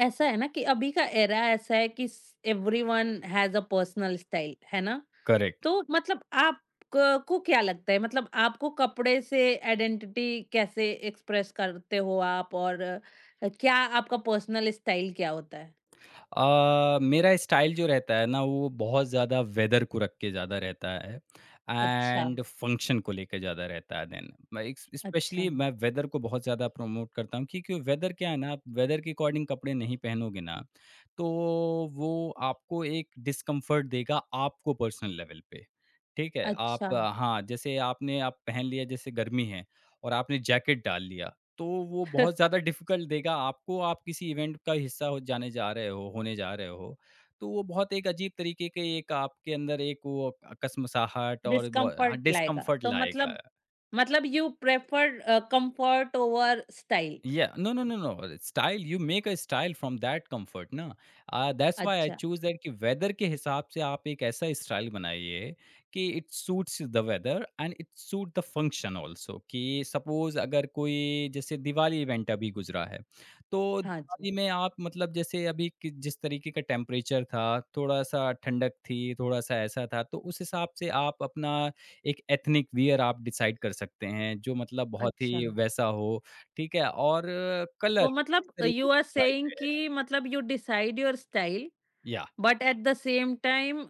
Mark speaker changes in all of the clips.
Speaker 1: ऐसा है ना कि अभी का एरा ऐसा है कि everyone has a personal style, है ना?
Speaker 2: करेक्ट।
Speaker 1: तो मतलब आप क को क्या लगता है, मतलब आपको कपड़े से आइडेंटिटी कैसे एक्सप्रेस करते हो आप और क्या आपका पर्सनल स्टाइल क्या होता है?
Speaker 2: मेरा स्टाइल जो रहता है ना वो बहुत ज़्यादा वेदर को रख के ज़्यादा रहता है
Speaker 1: अच्छा,
Speaker 2: एंड फंक्शन को लेके ज़्यादा रहता है देन। मैं एक
Speaker 1: अच्छा,
Speaker 2: स्पेशली मैं वेदर को बहुत ज़्यादा प्रमोट करता हूँ क्योंकि वेदर क्या है ना आप वेदर के अकॉर्डिंग कपड़े नहीं पहनोगे ना, तो वो आपको एक डिस्कम्फर्ट देगा आपको पर्सनल लेवल पे। ठीक है?
Speaker 1: अच्छा।
Speaker 2: आप हाँ, जैसे आपने आप पहन लिया जैसे गर्मी है और आपने जैकेट डाल लिया तो वो बहुत ज़्यादा डिफ़िकल्ट देगा आपको, आप किसी इवेंट का हिस्सा हो जाने जा रहे हो होने जा रहे हो, तो वो बहुत एक अजीब तरीके के एक आपके अंदर एक वो अकसमसाहट और
Speaker 1: डिस्कम्फर्ट लाएगा,
Speaker 2: डिस्कम्फ़र्ट
Speaker 1: तो
Speaker 2: लाएगा।
Speaker 1: मतलब you prefer comfort over style.
Speaker 2: Yeah. No, no, no, no. Style, you make a style from that comfort ना। That's why I
Speaker 1: अच्छा,
Speaker 2: choose that कि weather के हिसाब से आप एक ऐसा style बनाइए कि it suits the weather and it suit the function also कि suppose अगर कोई जैसे दिवाली event अभी गुजरा है तो
Speaker 1: हाँ जी,
Speaker 2: दिवाली में आप मतलब जैसे जिस तरीके का टेम्परेचर था, थोड़ा सा ठंडक थी थोड़ा सा ऐसा था तो उस हिसाब से आप अपना एक एथनिक वियर आप डिसाइड कर सकते हैं जो मतलब बहुत
Speaker 1: अच्छा।
Speaker 2: ही वैसा हो। ठीक है? और कलर,
Speaker 1: तो
Speaker 2: किस
Speaker 1: मतलब
Speaker 2: तरीके
Speaker 1: यू आर
Speaker 2: की वाइब
Speaker 1: सेइंग
Speaker 2: है
Speaker 1: कि मतलब यू डिसाइड योर स्टाइल,
Speaker 2: या
Speaker 1: but at the same time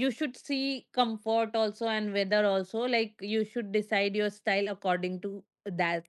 Speaker 1: you should see comfort also and weather also. Like you should decide your style according to that.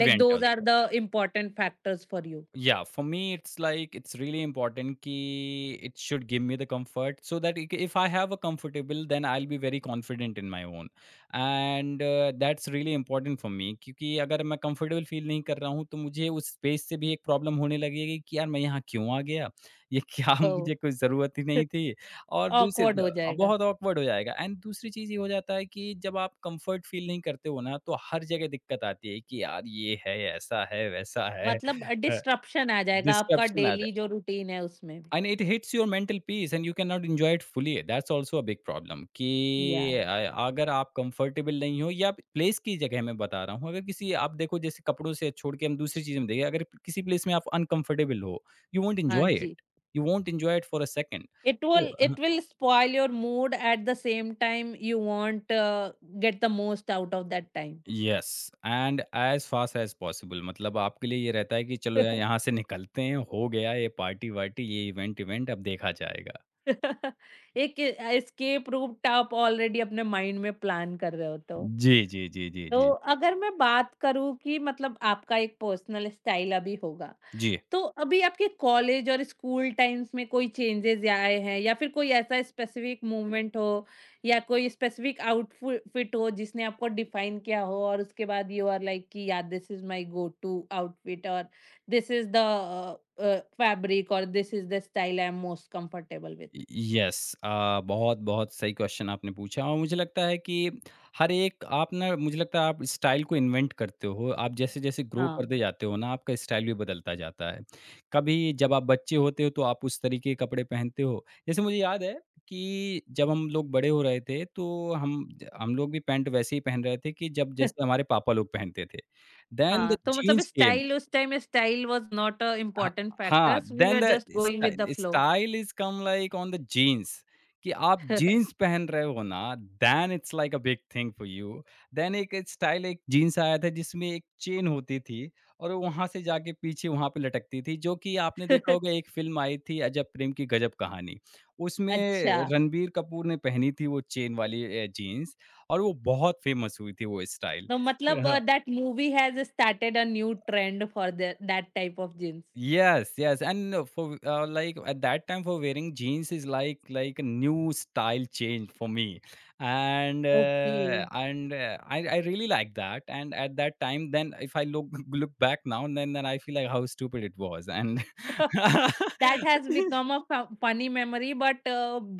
Speaker 1: Like
Speaker 2: event
Speaker 1: those are
Speaker 2: also.
Speaker 1: The important factors for you.
Speaker 2: Yeah, for me, it's like it's really important ki it should give me the comfort so that if I have a comfortable, then I'll be very confident in my own, and that's really important for me। क्योंकि अगर मैं comfortable feel नहीं कर रहा हूँ, तो मुझे उस space से भी एक problem होने लगेगी कि यार मैं यहाँ क्यों आ गया? ये क्या
Speaker 1: ओ।
Speaker 2: मुझे कोई ज़रूरत ही नहीं थी। और दूसरे
Speaker 1: awkward हो जाएगा।
Speaker 2: बहुत awkward हो जाएगा एंड दूसरी चीज़ ये हो जाता है कि जब आप comfort फील नहीं करते हो ना, तो हर जगह दिक्कत आती है कि यार ये है, ऐसा है, वैसा है।
Speaker 1: मतलब डिस्ट्रप्शन आ जाएगा आपका
Speaker 2: Disruption are there.
Speaker 1: डेली जो रूटीन है उसमें भी।
Speaker 2: And it hits your mental peace and you cannot enjoy it fully. That's also a big problem
Speaker 1: या,
Speaker 2: कि अगर आप कंफर्टेबल नहीं हो या प्लेस की जगह मैं बता रहा हूँ। अगर किसी आप देखो जैसे कपड़ों से छोड़ के हम दूसरी चीज़ में देखें, अगर किसी प्लेस में आप अनकंफर्टेबल हो, यू वोंट
Speaker 1: हाँ
Speaker 2: एन्जॉय इट,
Speaker 1: जी।
Speaker 2: You won't enjoy it for a second.
Speaker 1: It
Speaker 2: तो
Speaker 1: will
Speaker 2: uh,
Speaker 1: it will spoil your mood. At the same time you want get the most out of that time.
Speaker 2: Yes and as fast as possible मतलब आपके लिए ये रहता है कि चलो यार यहाँ से निकलते हैं, हो गया ये पार्टी-वार्टी, ये इवेंट-इवेंट अब देखा जाएगा।
Speaker 1: एक एस्केप रूट आप ऑलरेडी अपने माइंड में प्लान कर रहे होते हो।
Speaker 2: जी, जी, जी, जी,
Speaker 1: तो
Speaker 2: जी।
Speaker 1: अगर मैं बात करूँ कि मतलब आपका एक पर्सनल स्टाइल अभी होगा,
Speaker 2: जी।
Speaker 1: तो अभी आपके कॉलेज और स्कूल टाइम्स में कोई चेंजेज़ आए हैं, या फिर कोई ऐसा स्पेसिफिक मूवमेंट हो या कोई स्पेसिफिक आउटफिट हो जिसने आपको डिफाइन किया हो और उसके बाद यू आर लाइक कि या this is my go to outfit और दिस इज़ द फैब्रिक और this is the style I am most comfortable with?
Speaker 2: य यस। बहुत-बहुत सही क्वेश्चन आपने पूछा और मुझे लगता है कि हर एक आप ना मुझे लगता है आप स्टाइल को इन्वेंट करते हो। आप जैसे-जैसे ग्रो
Speaker 1: हाँ।
Speaker 2: करते जाते हो ना, आपका स्टाइल भी बदलता जाता है। कभी जब आप बच्चे होते हो, तो आप उस तरीके के कपड़े पहनते हो। जैसे मुझे याद है कि जब हम लोग बड़े हो रहे थे, तो हम लोग भी पैंट वैसे ही पहन रहे थे कि जब जैसे हमारे पापा लोग पहनते थे। देन द
Speaker 1: हाँ, तो मतलब
Speaker 2: जीन्स केम।
Speaker 1: स्टाइल उस time style was not a
Speaker 2: Ha
Speaker 1: important
Speaker 2: हाँ,
Speaker 1: factors, we
Speaker 2: then
Speaker 1: were
Speaker 2: the
Speaker 1: just going with the
Speaker 2: style
Speaker 1: flow.
Speaker 2: Style is come like on the jeans कि आप जीन्स पहन रहे हो ना, then it's like a big thing for you. Then एक style एक jeans आया था जिसमें एक चेन होती थी और वो वहाँ से जाके पीछे वहाँ पे लटकती थी, जो कि आपने देखा होगा एक फ़िल्म आई थी अजब प्रेम की गजब कहानी। उसमें
Speaker 1: अच्छा,
Speaker 2: रणबीर कपूर ने पहनी थी वो चेन वाली जीन्स और वो बहुत फ़ेमस हुई थी वो स्टाइल।
Speaker 1: तो मतलब that movie has started a new trend for the that type of jeans.
Speaker 2: Yes, yes, and for like at that time for wearing jeans is like a new style change for me, and
Speaker 1: okay.
Speaker 2: I really like that. And at that time, then if I look look back now, and then I feel like how stupid it was, and
Speaker 1: that has become a फ funny memory, but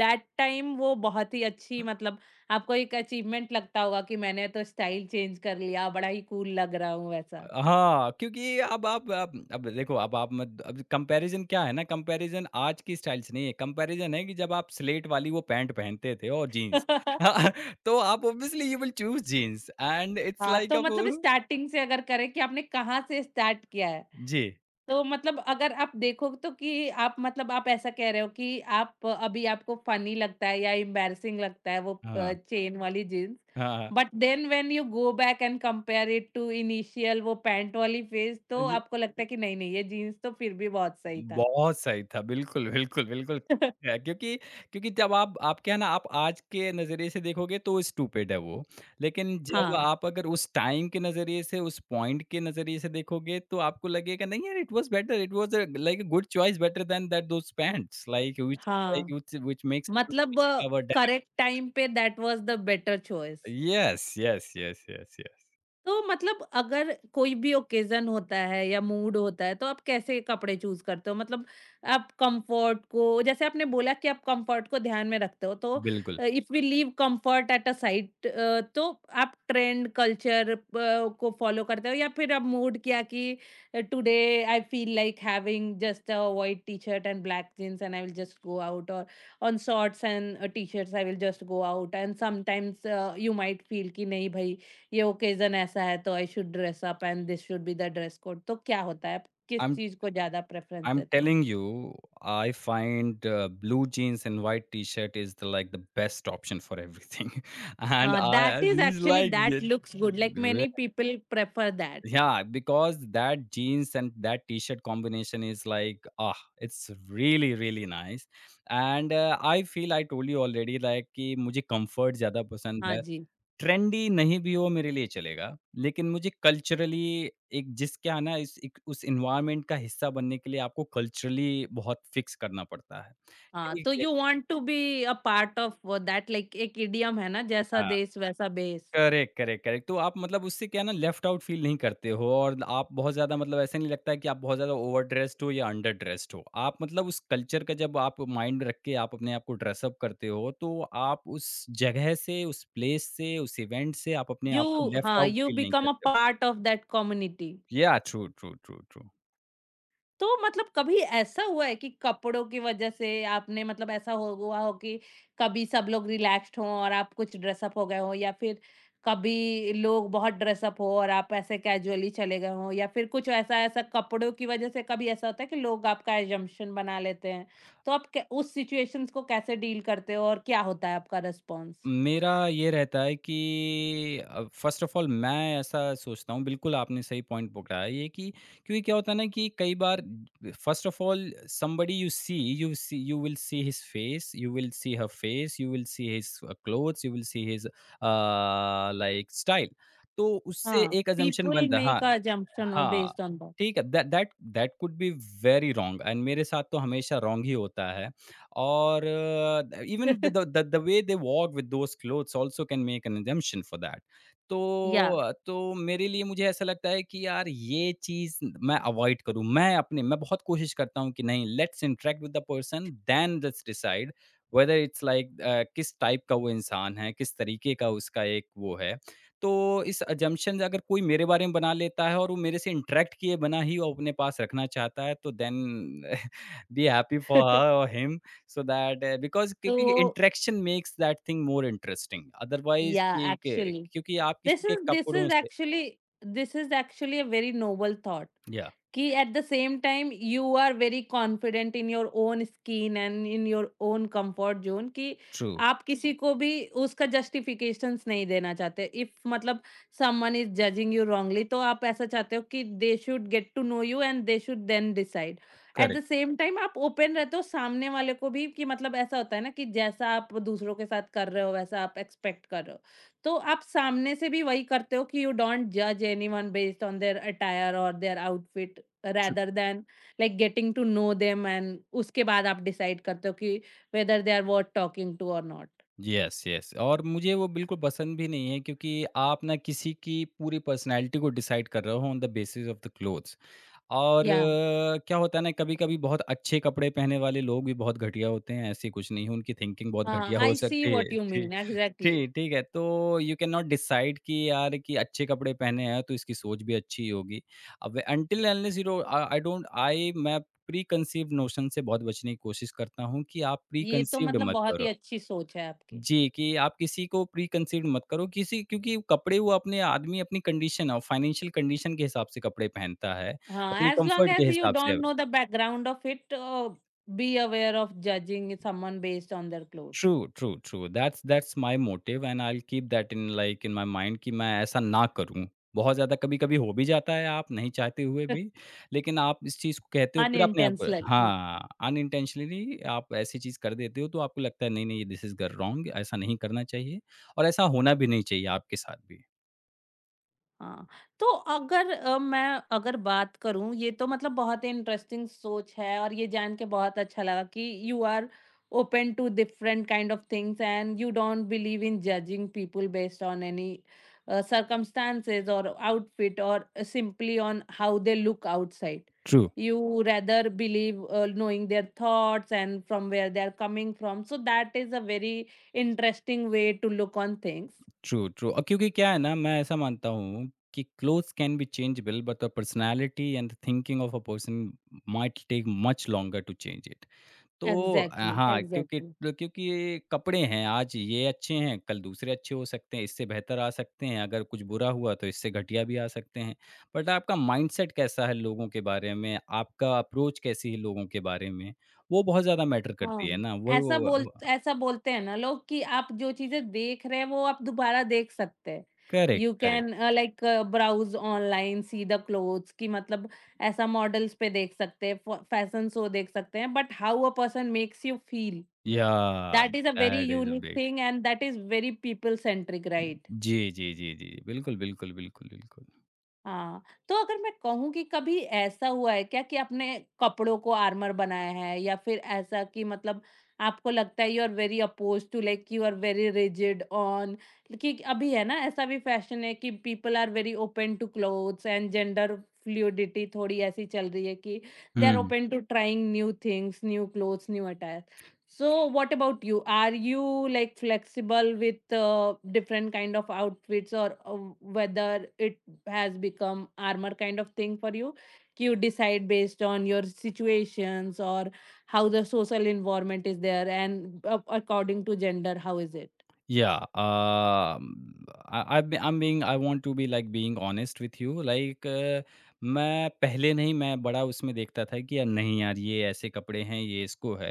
Speaker 1: that time वो बहुत ही अच्छी मतलब आपको एक achievement लगता होगा कि मैंने तो स्टाइल चेंज कर लिया, बड़ा ही कूल लग रहा हूँ, वैसा।
Speaker 2: हाँ, क्योंकि अब देखो अब आप मत अब कंपैरिज़न क्या है ना, कंपैरिज़न आज की स्टाइल से नहीं है, कंपैरिज़न है कि जब आप स्लेट वाली वो पैंट पहनते थे और जीन्स। तो आप obviously you will choose jeans and it's
Speaker 1: हाँ,
Speaker 2: लाइक
Speaker 1: तो
Speaker 2: अब।
Speaker 1: मतलब स्टार्टिंग से अगर करें कि आपने कहाँ से स्टार्ट किया है?
Speaker 2: जी।
Speaker 1: तो मतलब अगर आप देखो तो कि आप मतलब आप ऐसा कह रहे हो कि आप अभी आपको फ़नी लगता है या एम्बैरसिंग लगता है वो प
Speaker 2: हाँ,
Speaker 1: चेन वाली जीन्स,
Speaker 2: हाँ, हाँ।
Speaker 1: But then when you go back and compare it to initial वो पैंट वाली फ़ेज़, तो आपको लगता है कि नहीं, नहीं, ये जीन्स तो फिर भी बहुत सही था।
Speaker 2: बहुत सही था। बिल्कुल, बिल्कुल, बिल्कुल। है क्योंकि क्योंकि जब आप क्या है ना, आप आज के नज़रिए से देखोगे तो स्टूपिड है वो। लेकिन जब
Speaker 1: हाँ,
Speaker 2: आप अगर उस टाइम के नज़रिए से, उस पॉइंट के नज़रिए से देखोगे तो आपको लगेगा नहीं यार it was better, it was like a good choice better than that those pants like
Speaker 1: हाँ,
Speaker 2: व्हिच व्हिच मेक्स
Speaker 1: मतलब
Speaker 2: अवर डैड।
Speaker 1: करेक्ट टाइम पे that was the better choice.
Speaker 2: Yes, yes, yes, yes, yes.
Speaker 1: तो मतलब अगर कोई भी occasion होता है या मूड होता है तो आप कैसे कपड़े चूज करते हो? मतलब आप कंफर्ट को, जैसे आपने बोला कि आप कंफर्ट को ध्यान में रखते हो, तो
Speaker 2: बिल्कुल।
Speaker 1: If we leave comfort at a side, तो आप ट्रेंड कल्चर को फॉलो करते हो या फिर आप मूड किया कि today I feel like having just a white T shirt and black jeans and I will just go out, और on shorts and T shirts I will just go out, and sometimes you might feel कि नहीं भाई, ये occasion ऐसा है तो I should dress up and this should be the dress code, तो क्या होता है आप
Speaker 2: आई
Speaker 1: किस
Speaker 2: एम।
Speaker 1: चीज को ज्यादा प्रेफरेंस
Speaker 2: I'm
Speaker 1: देते हो?
Speaker 2: telling you, I find blue jeans and white t-shirt is the like the best option for everything. And
Speaker 1: हाँ,
Speaker 2: I
Speaker 1: that is
Speaker 2: it's
Speaker 1: actually,
Speaker 2: like
Speaker 1: that
Speaker 2: it-
Speaker 1: looks good, like
Speaker 2: re-
Speaker 1: many people prefer that.
Speaker 2: yeah, because that jeans and that t-shirt combination is like ah, it's really nice. And I feel I told you already like कि मुझे comfort ज्यादा पसंद
Speaker 1: हाँ
Speaker 2: है।
Speaker 1: जी।
Speaker 2: Trendy नहीं भी हो मेरे लिए चलेगा, लेकिन मुझे कल्चरली एक जिस क्या है ना इस एक उस एनवायरनमेंट का हिस्सा बनने के लिए आपको कल्चरली बहुत फ़िक्स करना पड़ता है।
Speaker 1: हाँ,
Speaker 2: ठीक
Speaker 1: तो
Speaker 2: है।
Speaker 1: You want to be a part of that. Like एक इडियम है ना, जैसा
Speaker 2: हाँ,
Speaker 1: देश वैसा बेस।
Speaker 2: Correct, correct, correct. तो आप मतलब उससे क्या है ना लेफ्ट आउट फ़ील नहीं करते हो और आप बहुत ज़्यादा मतलब ऐसा नहीं लगता है कि आप बहुत ज़्यादा ओवर ड्रेस्ड हो या अंडर ड्रेस्ड हो। आप मतलब उस कल्चर का जब आप माइंड रख के आप अपने आप को ड्रेस अप करते हो, तो आप उस जगह से, उस प्लेस से, उस इवेंट से आप अपने
Speaker 1: यू
Speaker 2: आप को लेफ्ट
Speaker 1: हाँ,
Speaker 2: आउट
Speaker 1: यू
Speaker 2: फ़ील नहीं
Speaker 1: बिकम अ
Speaker 2: करते हो।
Speaker 1: Part of that community.
Speaker 2: या ट्रू, ट्रू, ट्रू, ट्रू।
Speaker 1: तो मतलब कभी ऐसा हुआ है कि कपड़ों की वजह से आपने, मतलब ऐसा हो हुआ हो कि कभी सब लोग रिलैक्स्ड हों और आप कुछ ड्रेसअप हो गए हो, या फिर कभी लोग बहुत ड्रेसअप हो और आप ऐसे कैजुअली चले गए हो, या फिर कुछ ऐसा ऐसा कपड़ों की वजह से कभी ऐसा होता है कि लोग आपका एजम्पशन बना लेते हैं, तो आप उस सिचुएशंस को कैसे डील करते हो और क्या होता है आपका रेस्पॉन्स?
Speaker 2: मेरा ये रहता है कि फ़र्स्ट ऑफ़ ऑल मैं ऐसा सोचता हूँ बिल्कुल आपने सही पॉइंट पकड़ा है ये कि क्योंकि क्या होता है ना कि कई बार first of all somebody you see you will see his face, you will see her face, you will see his clothes, you will see his like style. तो उससे
Speaker 1: हाँ,
Speaker 2: एक असम्पशन
Speaker 1: पीपल
Speaker 2: बनता है हाँ,
Speaker 1: मेक अ जम्पशन हो
Speaker 2: हाँ,
Speaker 1: based on that.
Speaker 2: ठीक है। That that that could be very wrong and मेरे साथ तो हमेशा रॉन्ग ही होता है। or even the, the the the way they walk with those clothes also can make an assumption for that।
Speaker 1: या।
Speaker 2: तो तो मेरे लिए मुझे ऐसा लगता है कि यार ये चीज़ मैं अवॉइड करूँ मैं बहुत कोशिश करता हूँ कि नहीं let's interact with the person then let's decide whether it's like किस टाइप का वो इंसान है किस तरीके का उसका एक वो है तो इस अजम्पशन अगर कोई मेरे बारे में बना लेता है और वो मेरे से इंटरेक्ट किए बना ही वो अपने पास रखना चाहता है तो then be happy for her और हिम सो दैट बिकॉज़
Speaker 1: तो,
Speaker 2: क्योंकि interaction makes that thing more interesting otherwise
Speaker 1: या,
Speaker 2: कि के क्योंकि आप
Speaker 1: This
Speaker 2: किसी के
Speaker 1: is this
Speaker 2: कपड़ों
Speaker 1: is
Speaker 2: से।
Speaker 1: actually this is actually a very noble thought.
Speaker 2: या
Speaker 1: कि at the same time you are very confident in your own skin and in your own comfort zone कि
Speaker 2: ट्रू
Speaker 1: आप किसी को भी उसका जस्टिफिकेशंस नहीं देना चाहते। इफ मतलब someone is judging you wrongly, तो आप ऐसा चाहते हो कि they should get to know you and they should then decide. At the
Speaker 2: correct
Speaker 1: same time आप ओपन रहते हो सामने वाले को भी कि मतलब ऐसा होता है ना कि जैसा आप दूसरों के साथ कर रहे हो वैसा आप एक्सपेक्ट कर रहे हो, तो आप सामने से भी वही करते हो कि यू डोंट जज anyone based on their attire और their outfit,
Speaker 2: true.
Speaker 1: rather than like getting to know them, and उसके बाद आप डिसाइड करते हो कि whether they are worth talking to or not.
Speaker 2: Yes yes और मुझे वो बिल्कुल पसंद भी नहीं है क्योंकि आप ना किसी की पूरी पर्सनैलिटी को डिसाइड कर रहे हो on the basis of the clothes. और
Speaker 1: Yeah.
Speaker 2: क्या होता है ना कभी-कभी बहुत अच्छे कपड़े पहनने वाले लोग भी बहुत घटिया होते हैं, ऐसी कुछ नहीं है, उनकी थिंकिंग बहुत घटिया
Speaker 1: हाँ,
Speaker 2: हो
Speaker 1: आई सी
Speaker 2: सकती
Speaker 1: वॉट
Speaker 2: है।
Speaker 1: यू
Speaker 2: जी।
Speaker 1: Mean, exactly.
Speaker 2: ठीक ठीक है, तो यू कैन नॉट डिसाइड कि यार कि अच्छे कपड़े पहने हैं तो इसकी सोच भी अच्छी होगी। अब until and unless you know uh, I don't I मैं प्री कंसीव्ड नोशन से बहुत बचने की कोशिश करता हूँ कि आप प्री
Speaker 1: ये तो
Speaker 2: कंसीव्ड
Speaker 1: मतलब
Speaker 2: मत
Speaker 1: बहुत ही
Speaker 2: करो।
Speaker 1: अच्छी सोच है आपकी।
Speaker 2: जी, कि आप किसी को प्री कंसीव्ड मत करो किसी क्योंकि कपड़े वो अपने आदमी अपनी कंडीशन और फाइनेंशियल कंडीशन के हिसाब से कपड़े पहनता है, अपने
Speaker 1: हाँ, एज लॉन्ग
Speaker 2: कम्फर्ट के
Speaker 1: एज यू
Speaker 2: हिसाब
Speaker 1: डोंट
Speaker 2: से।
Speaker 1: Know the background of it, be aware of judging someone based on their clothes.
Speaker 2: True, true, true. That's that's my motive and I will keep that in my mind कि मैं ऐसा ना करूँ। बहुत ज़्यादा कभी-कभी हो भी जाता है आप नहीं चाहते हुए भी, लेकिन आप इस चीज़ को कहते हो फिर अपने आप को
Speaker 1: unintentionally.
Speaker 2: हाँ, अनइंटेंशनली आप ऐसी चीज़ कर देते हो तो आपको लगता है नहीं, नहीं दिस इज़ ग रॉन्ग ऐसा नहीं करना चाहिए और ऐसा होना भी नहीं चाहिए आपके साथ भी।
Speaker 1: हाँ, तो अगर अ, मैं अगर बात करूँ, ये तो मतलब बहुत ही इंटरेस्टिंग सोच है, और ये जान के बहुत अच्छा लगा कि you are open to different kind of things and you don't believe in judging people based on any circumstances or outfit or simply on how they look outside.
Speaker 2: True,
Speaker 1: You rather believe knowing their thoughts and from where they are coming from. So that is a very interesting way to look on things.
Speaker 2: True, true. क्योंकि क्या है ना मैं ऐसा मानता हूँ कि clothes can be changeable but the personality and thinking of a person might take much longer to change it. तो
Speaker 1: Exactly,
Speaker 2: हाँ, क्योंकि
Speaker 1: exactly.
Speaker 2: क्योंकि ये कपड़े हैं, आज ये अच्छे हैं, कल दूसरे अच्छे हो सकते हैं, इससे बेहतर आ सकते हैं, अगर कुछ बुरा हुआ तो इससे घटिया भी आ सकते हैं। बट आपका माइंडसेट कैसा है लोगों के बारे में, आपका अप्रोच कैसी है लोगों के बारे में, वो बहुत ज़्यादा मैटर करती है
Speaker 1: हाँ,
Speaker 2: ना, वो वो वो
Speaker 1: ऐसा बोलते हैं ना लोग कि आप जो चीज़ें देख रहे हैं वो आप दोबारा देख सकते हैं।
Speaker 2: Correct,
Speaker 1: you
Speaker 2: correct.
Speaker 1: Can like browse online, see the clothes कि मतलब ऐसा मॉडल्स पे देख सकते हैं, फ फैशन शो देख सकते हैं, but how a person makes you feel,
Speaker 2: yeah!
Speaker 1: That is a very
Speaker 2: that is a
Speaker 1: unique
Speaker 2: big.
Speaker 1: Thing and that is very people centric, right?
Speaker 2: जी, जी, जी, जी। बिल्कुल, बिल्कुल, बिल्कुल, बिल्कुल।
Speaker 1: हाँ, तो अगर मैं कहूँ कि कभी ऐसा हुआ है क्या कि आपने कपड़ों को आर्मर बनाया है, या फिर ऐसा कि मतलब आपको लगता है you are very oppose to, like you are very rigid on, कि अभी है ना ऐसा भी फैशन है कि people are very open to clothes and gender fluidity थोड़ी ऐसी चल रही है कि दे आर
Speaker 2: हुँ।
Speaker 1: Open to trying new things, new clothes, new attire. So what about you? Are you like flexible with different kind of outfits, or whether it has become armor kind of thing for you? You decide based on your situations or how the social environment is there, and according to gender, how is it?
Speaker 2: Yeah, I want to be like being honest with you. Like, मैं पहले नहीं मैं बड़ा उसमें देखता था कि यार नहीं यार ये ऐसे कपड़े हैं ये इसको है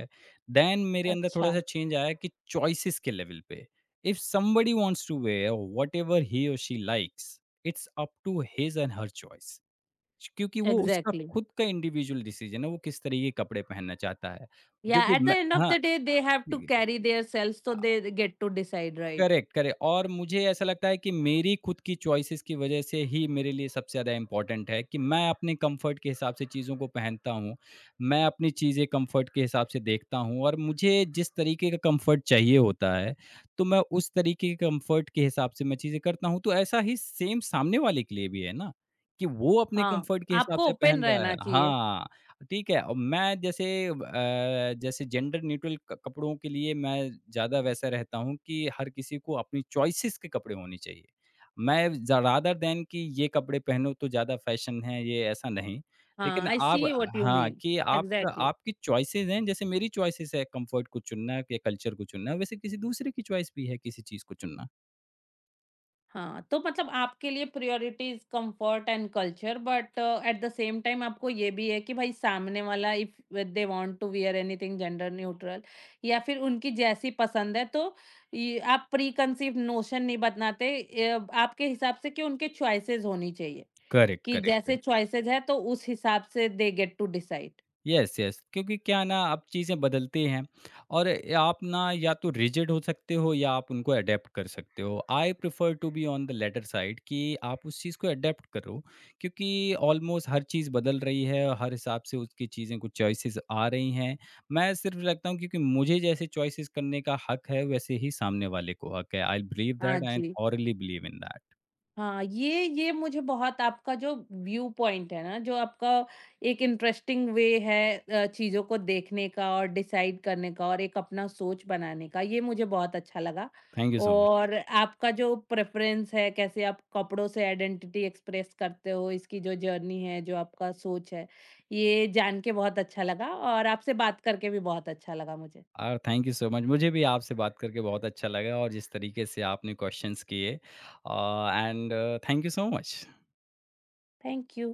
Speaker 2: देन मेरे अंदर थोड़ा सा
Speaker 1: Acha,
Speaker 2: चेंज आया कि चॉइसेस के लेवल पे। If somebody wants to wear whatever he or she likes, it's up to his and her choice क्योंकि वो उसका
Speaker 1: exactly.
Speaker 2: खुद का इंडिविजुअल डिसीजन है वो किस तरीके के कपड़े पहनना चाहता है। क्योंकि
Speaker 1: Yeah, at the
Speaker 2: मैं
Speaker 1: end of
Speaker 2: हाँ
Speaker 1: the day, they have to carry their selves, so they get to decide, right?
Speaker 2: Correct, correct और मुझे ऐसा लगता है कि मेरी खुद की चॉइसेस की वजह से ही मेरे लिए सबसे ज़्यादा इम्पोर्टेंट है कि मैं अपने कंफर्ट के हिसाब से चीज़ों को पहनता हूँ। मैं अपनी चीज़ें कंफर्ट के हिसाब से देखता हूँ और मुझे जिस तरीके का कंफर्ट चाहिए होता है, तो मैं उस तरीके के कंफर्ट के हिसाब से मैं चीज़ें करता हूँ। तो ऐसा ही सेम सामने वाले के लिए भी है ना, कि वो अपने
Speaker 1: हाँ,
Speaker 2: कंफर्ट के हिसाब
Speaker 1: आपको
Speaker 2: से
Speaker 1: ओपन
Speaker 2: पहन रहा है।
Speaker 1: रहना चाहिए।
Speaker 2: हाँ। ठीक है और मैं जैसे जैसे जेंडर न्यूट्रल क कपड़ों के लिए मैं ज़्यादा वैसा रहता हूँ कि हर किसी को अपनी चॉइसेस के कपड़े होने चाहिए। मैं ज़ रादर दैन कि ये कपड़े पहनो तो ज़्यादा फ़ैशन है ये ऐसा नहीं। लेकिन
Speaker 1: हाँ, आई
Speaker 2: आप
Speaker 1: सी what you
Speaker 2: हाँ,
Speaker 1: mean.
Speaker 2: कि आपका
Speaker 1: एग्जैक्टली।
Speaker 2: आपकी चॉइसेस हैं जैसे मेरी चॉइसेस है कंफर्ट को चुनना या कल्चर को चुनना, वैसे किसी दूसरे की चॉइस भी है किसी चीज़ को चुनना।
Speaker 1: हाँ, तो मतलब आपके लिए priorities comfort and culture, but at the same time आपको ये भी है कि भाई सामने वाला if they want to wear anything gender neutral या फिर उनकी जैसी पसंद है, तो ये आप प्री कंसीव्ड नोशन नहीं बनाते, ये आपके हिसाब से कि उनके चॉइसेस होनी चाहिए,
Speaker 2: करेक्ट,
Speaker 1: कि
Speaker 2: करेक्ट,
Speaker 1: जैसे
Speaker 2: करेक्ट।
Speaker 1: चॉइसेस है तो उस हिसाब से they get to decide.
Speaker 2: Yes yes क्योंकि क्या है ना अब चीज़ें बदलती हैं और आप ना या तो रिजिड हो सकते हो या आप उनको अडेप्ट कर सकते हो I prefer to be on the latter side कि आप उस चीज़ को अडेप्ट करो क्योंकि ऑलमोस्ट हर चीज़ बदल रही है और हर हिसाब से उसकी चीज़ें कुछ चॉइसेस आ रही हैं। मैं सिर्फ लगता हूँ क्योंकि मुझे जैसे चॉइसेस करने का हक है वैसे ही सामने वाले को हक है आई बिलीव
Speaker 1: हाँ
Speaker 2: दैट आई
Speaker 1: जी।
Speaker 2: Thoroughly believe in that.
Speaker 1: हाँ, ये मुझे बहुत आपका जो व्यू पॉइंट है ना, जो आपका एक इंटरेस्टिंग वे है चीज़ों को देखने का और डिसाइड करने का और एक अपना सोच बनाने का, ये मुझे बहुत अच्छा लगा।
Speaker 2: Thank you so much.
Speaker 1: और आपका जो प्रेफ़रेंस है, कैसे आप कपड़ों से आइडेंटिटी एक्सप्रेस करते हो, इसकी जो जर्नी है, जो आपका सोच है, ये जान के बहुत अच्छा लगा और आपसे बात करके भी बहुत अच्छा लगा मुझे।
Speaker 2: Thank you so much. मुझे भी आपसे बात करके बहुत अच्छा लगा और जिस तरीके से आपने क्वेश्चंस किए and thank you so much.
Speaker 1: Thank you.